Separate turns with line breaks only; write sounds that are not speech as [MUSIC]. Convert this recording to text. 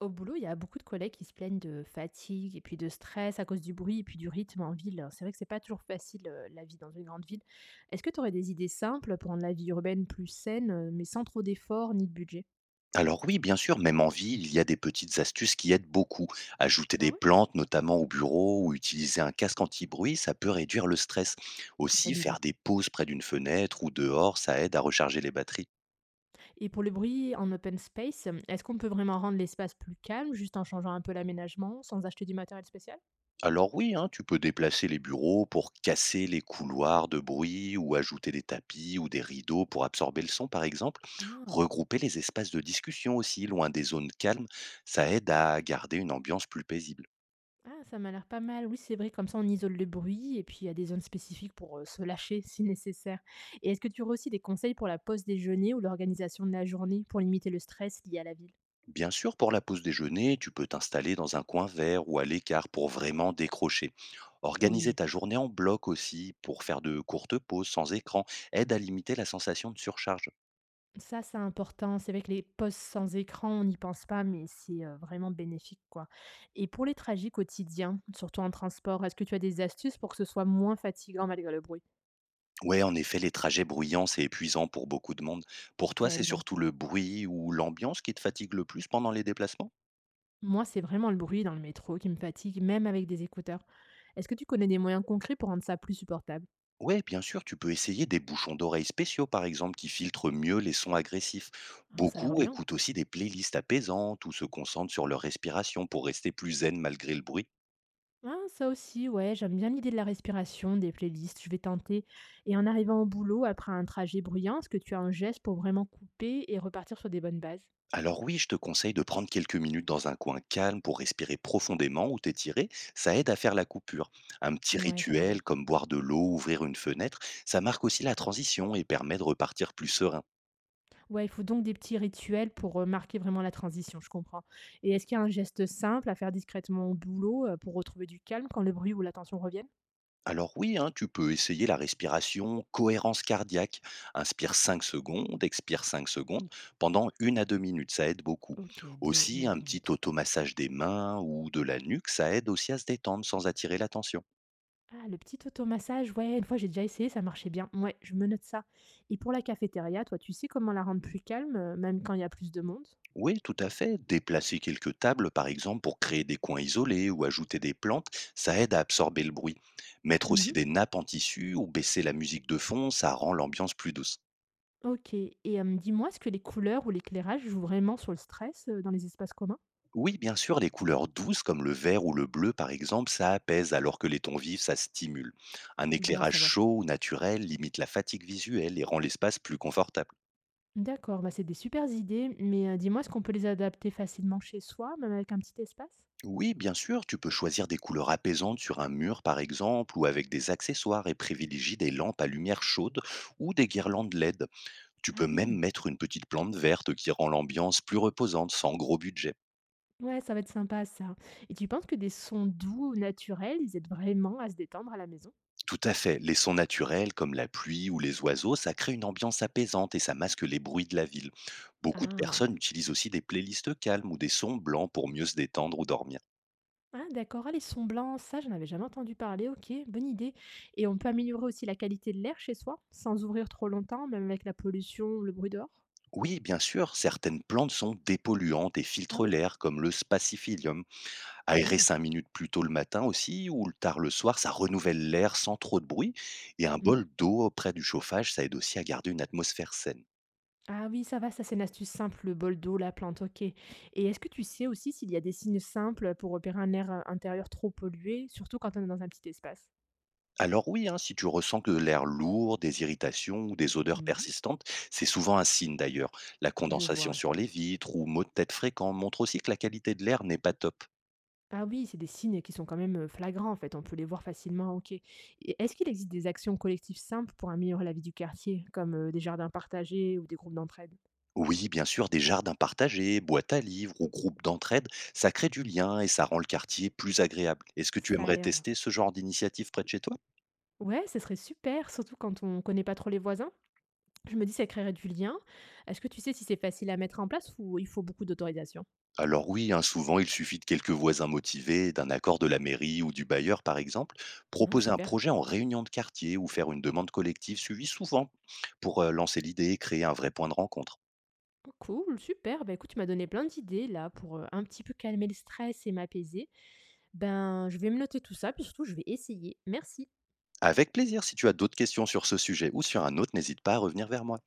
Au boulot, il y a beaucoup de collègues qui se plaignent de fatigue et puis de stress à cause du bruit et puis du rythme en ville. C'est vrai que c'est pas toujours facile, la vie dans une grande ville. Est-ce que tu aurais des idées simples pour rendre la vie urbaine plus saine, mais sans trop d'efforts ni de budget?
Alors oui, bien sûr, même en ville, il y a des petites astuces qui aident beaucoup. Ajouter
Ah
des
ouais?
plantes, notamment au bureau, ou utiliser un casque anti-bruit, ça peut réduire le stress. Aussi,
Bonne idée.
faire des pauses près d'une fenêtre ou dehors, ça aide à recharger les batteries.
Et pour le bruit en open space, est-ce qu'on peut vraiment rendre l'espace plus calme juste en changeant un peu l'aménagement sans acheter du matériel spécial?
Alors oui, hein, tu peux déplacer les bureaux pour casser les couloirs de bruit ou ajouter des tapis ou des rideaux pour absorber le son, par exemple.
Ah.
Regrouper les espaces de discussion aussi loin des zones calmes, ça aide à garder une ambiance plus paisible.
Ah, ça m'a l'air pas mal. Oui, c'est vrai, comme ça, on isole le bruit et puis il y a des zones spécifiques pour, se lâcher [LAUGHS] si nécessaire. Et est-ce que tu aurais aussi des conseils pour la pause déjeuner ou l'organisation de la journée pour limiter le stress lié à la ville?
Bien sûr, pour la pause déjeuner, tu peux t'installer dans un coin vert ou à l'écart pour vraiment décrocher. Organiser
Oui.
ta journée en bloc aussi pour faire de courtes pauses sans écran aide à limiter la sensation de surcharge.
Ça, c'est important. C'est vrai que les postes sans écran, on n'y pense pas, mais c'est vraiment bénéfique, quoi. Et pour les trajets quotidiens, surtout en transport, est-ce que tu as des astuces pour que ce soit moins fatigant malgré le bruit?
Ouais, en effet, les trajets bruyants, c'est épuisant pour beaucoup de monde. Pour toi, c'est
Tellement.
surtout le bruit ou l'ambiance qui te fatigue le plus pendant les déplacements?
Moi, c'est vraiment le bruit dans le métro qui me fatigue, même avec des écouteurs. Est-ce que tu connais des moyens concrets pour rendre ça plus supportable?
Ouais, bien sûr, tu peux essayer des bouchons d'oreilles spéciaux, par exemple, qui filtrent mieux les sons agressifs.
Ah, ça a l'air
Beaucoup
bien.
écoutent aussi des playlists apaisantes ou se concentrent sur leur respiration pour rester plus zen malgré le bruit.
Ah, ça aussi, ouais, j'aime bien l'idée de la respiration, des playlists, je vais tenter. Et en arrivant au boulot, après un trajet bruyant, est-ce que tu as un geste pour vraiment couper et repartir sur des bonnes bases?
Alors oui, je te conseille de prendre quelques minutes dans un coin calme pour respirer profondément ou t'étirer, ça aide à faire la coupure. Un petit
Ouais, ça a l'air bien.
rituel comme boire de l'eau, ouvrir une fenêtre, ça marque aussi la transition et permet de repartir plus serein.
Ouais, il faut donc des petits rituels pour, marquer vraiment la transition, je comprends. Et est-ce qu'il y a un geste simple à faire discrètement au boulot pour retrouver du calme quand le bruit ou la tension reviennent?
Alors oui, hein, tu peux essayer la respiration cohérence cardiaque. Inspire 5 secondes, expire 5 secondes pendant une à 2 minutes, ça aide beaucoup.
Ok, de une
Aussi,
à
un
deux
petit
minutes.
automassage des mains ou de la nuque, ça aide aussi à se détendre sans attirer l'attention.
Ah, le petit automassage, ouais, une fois j'ai déjà essayé, ça marchait bien. Ouais, je me note ça. Et pour la cafétéria, toi, tu sais comment la rendre plus calme, même quand il y a plus de monde?
Oui, tout à fait. Déplacer quelques tables, par exemple, pour créer des coins isolés ou ajouter des plantes, ça aide à absorber le bruit. Mettre
Mhm.
aussi des nappes en tissu ou baisser la musique de fond, ça rend l'ambiance plus douce.
Ok. Et dis-moi, est-ce que les couleurs ou l'éclairage jouent vraiment sur le stress dans les espaces communs?
Oui, bien sûr, les couleurs douces comme le vert ou le bleu, par exemple, ça apaise, alors que les tons vifs, ça stimule. Un
Bon à
éclairage
savoir.
chaud ou naturel limite la fatigue visuelle et rend l'espace plus confortable.
D'accord, bah c'est des supers idées, mais dis-moi, est-ce qu'on peut les adapter facilement chez soi, même avec un petit espace?
Oui, bien sûr, tu peux choisir des couleurs apaisantes sur un mur par exemple, ou avec des accessoires et privilégie des lampes à lumière chaude ou des guirlandes LED. Tu peux
Ah
même
oui,
mettre une petite plante verte qui rend l'ambiance plus reposante sans gros budget.
ouais, ça va être sympa ça. Et tu penses que des sons doux ou naturels, ils aident vraiment à se détendre à la maison?
Tout à fait, les sons naturels comme la pluie ou les oiseaux, ça crée une ambiance apaisante et ça masque les bruits de la ville. Beaucoup de
Ah.
personnes utilisent aussi des playlists calmes ou des sons blancs pour mieux se détendre ou dormir.
Ah d'accord, ah les sons blancs, ça j'en avais jamais entendu parler, OK, bonne idée et on peut améliorer aussi la qualité de l'air chez soi, sans ouvrir trop longtemps, même avec la pollution ou le bruit dehors?
Oui, bien sûr, certaines plantes sont dépolluantes et
Ah
filtrent
oui?
l'air, comme le spaciphilium. Aérer
Oh.
5 minutes plus tôt le matin aussi ou le tard le soir, ça renouvelle l'air sans trop de bruit et un
Mmh.
bol d'eau près du chauffage, ça aide aussi à garder une atmosphère saine.
Ah oui, ça va, ça c'est une astuce simple, le bol d'eau, la plante, OK et est-ce que tu sais aussi s'il y a des signes simples pour repérer un air, intérieur trop pollué, surtout quand on est dans un petit espace?
Alors oui, hein, si tu ressens que l'air lourd, des irritations ou des odeurs
Mmh.
persistantes, c'est souvent un signe d'ailleurs. La
Je vois,
condensation
ouais.
sur les vitres ou maux de tête fréquents montrent aussi que la qualité de l'air n'est pas top.
Ah oui, c'est des signes qui sont quand même, flagrants en fait, on peut les voir facilement, OK. Et est-ce qu'il existe des actions collectives simples pour améliorer la vie du quartier, comme, des jardins partagés ou des groupes d'entraide?
Oui, bien sûr, des jardins partagés, boîtes à livres ou groupes d'entraide, ça crée du lien et ça rend le quartier plus agréable. Est-ce que tu
Ça a
aimerais
l'air, ouais.
tester ce genre d'initiative près de chez toi?
Ouais, ce serait super, surtout quand on connaît pas trop les voisins. Je me dis ça créerait du lien. Est-ce que tu sais si c'est facile à mettre en place ou il faut beaucoup d'autorisation?
Alors oui, hein, souvent il suffit de quelques voisins motivés, d'un accord de la mairie ou du bailleur par exemple,
Ah
proposer un
super.
projet en réunion de quartier ou faire une demande collective suivie souvent pour lancer l'idée et créer un vrai point de rencontre.
Oh cool, super, bah, écoute, tu m'as donné plein d'idées là pour, un petit peu calmer le stress et m'apaiser. Ben, je vais me noter tout ça, puis surtout je vais essayer. Merci.
Avec plaisir, si tu as d'autres questions sur ce sujet ou sur un autre, n'hésite pas à revenir vers moi.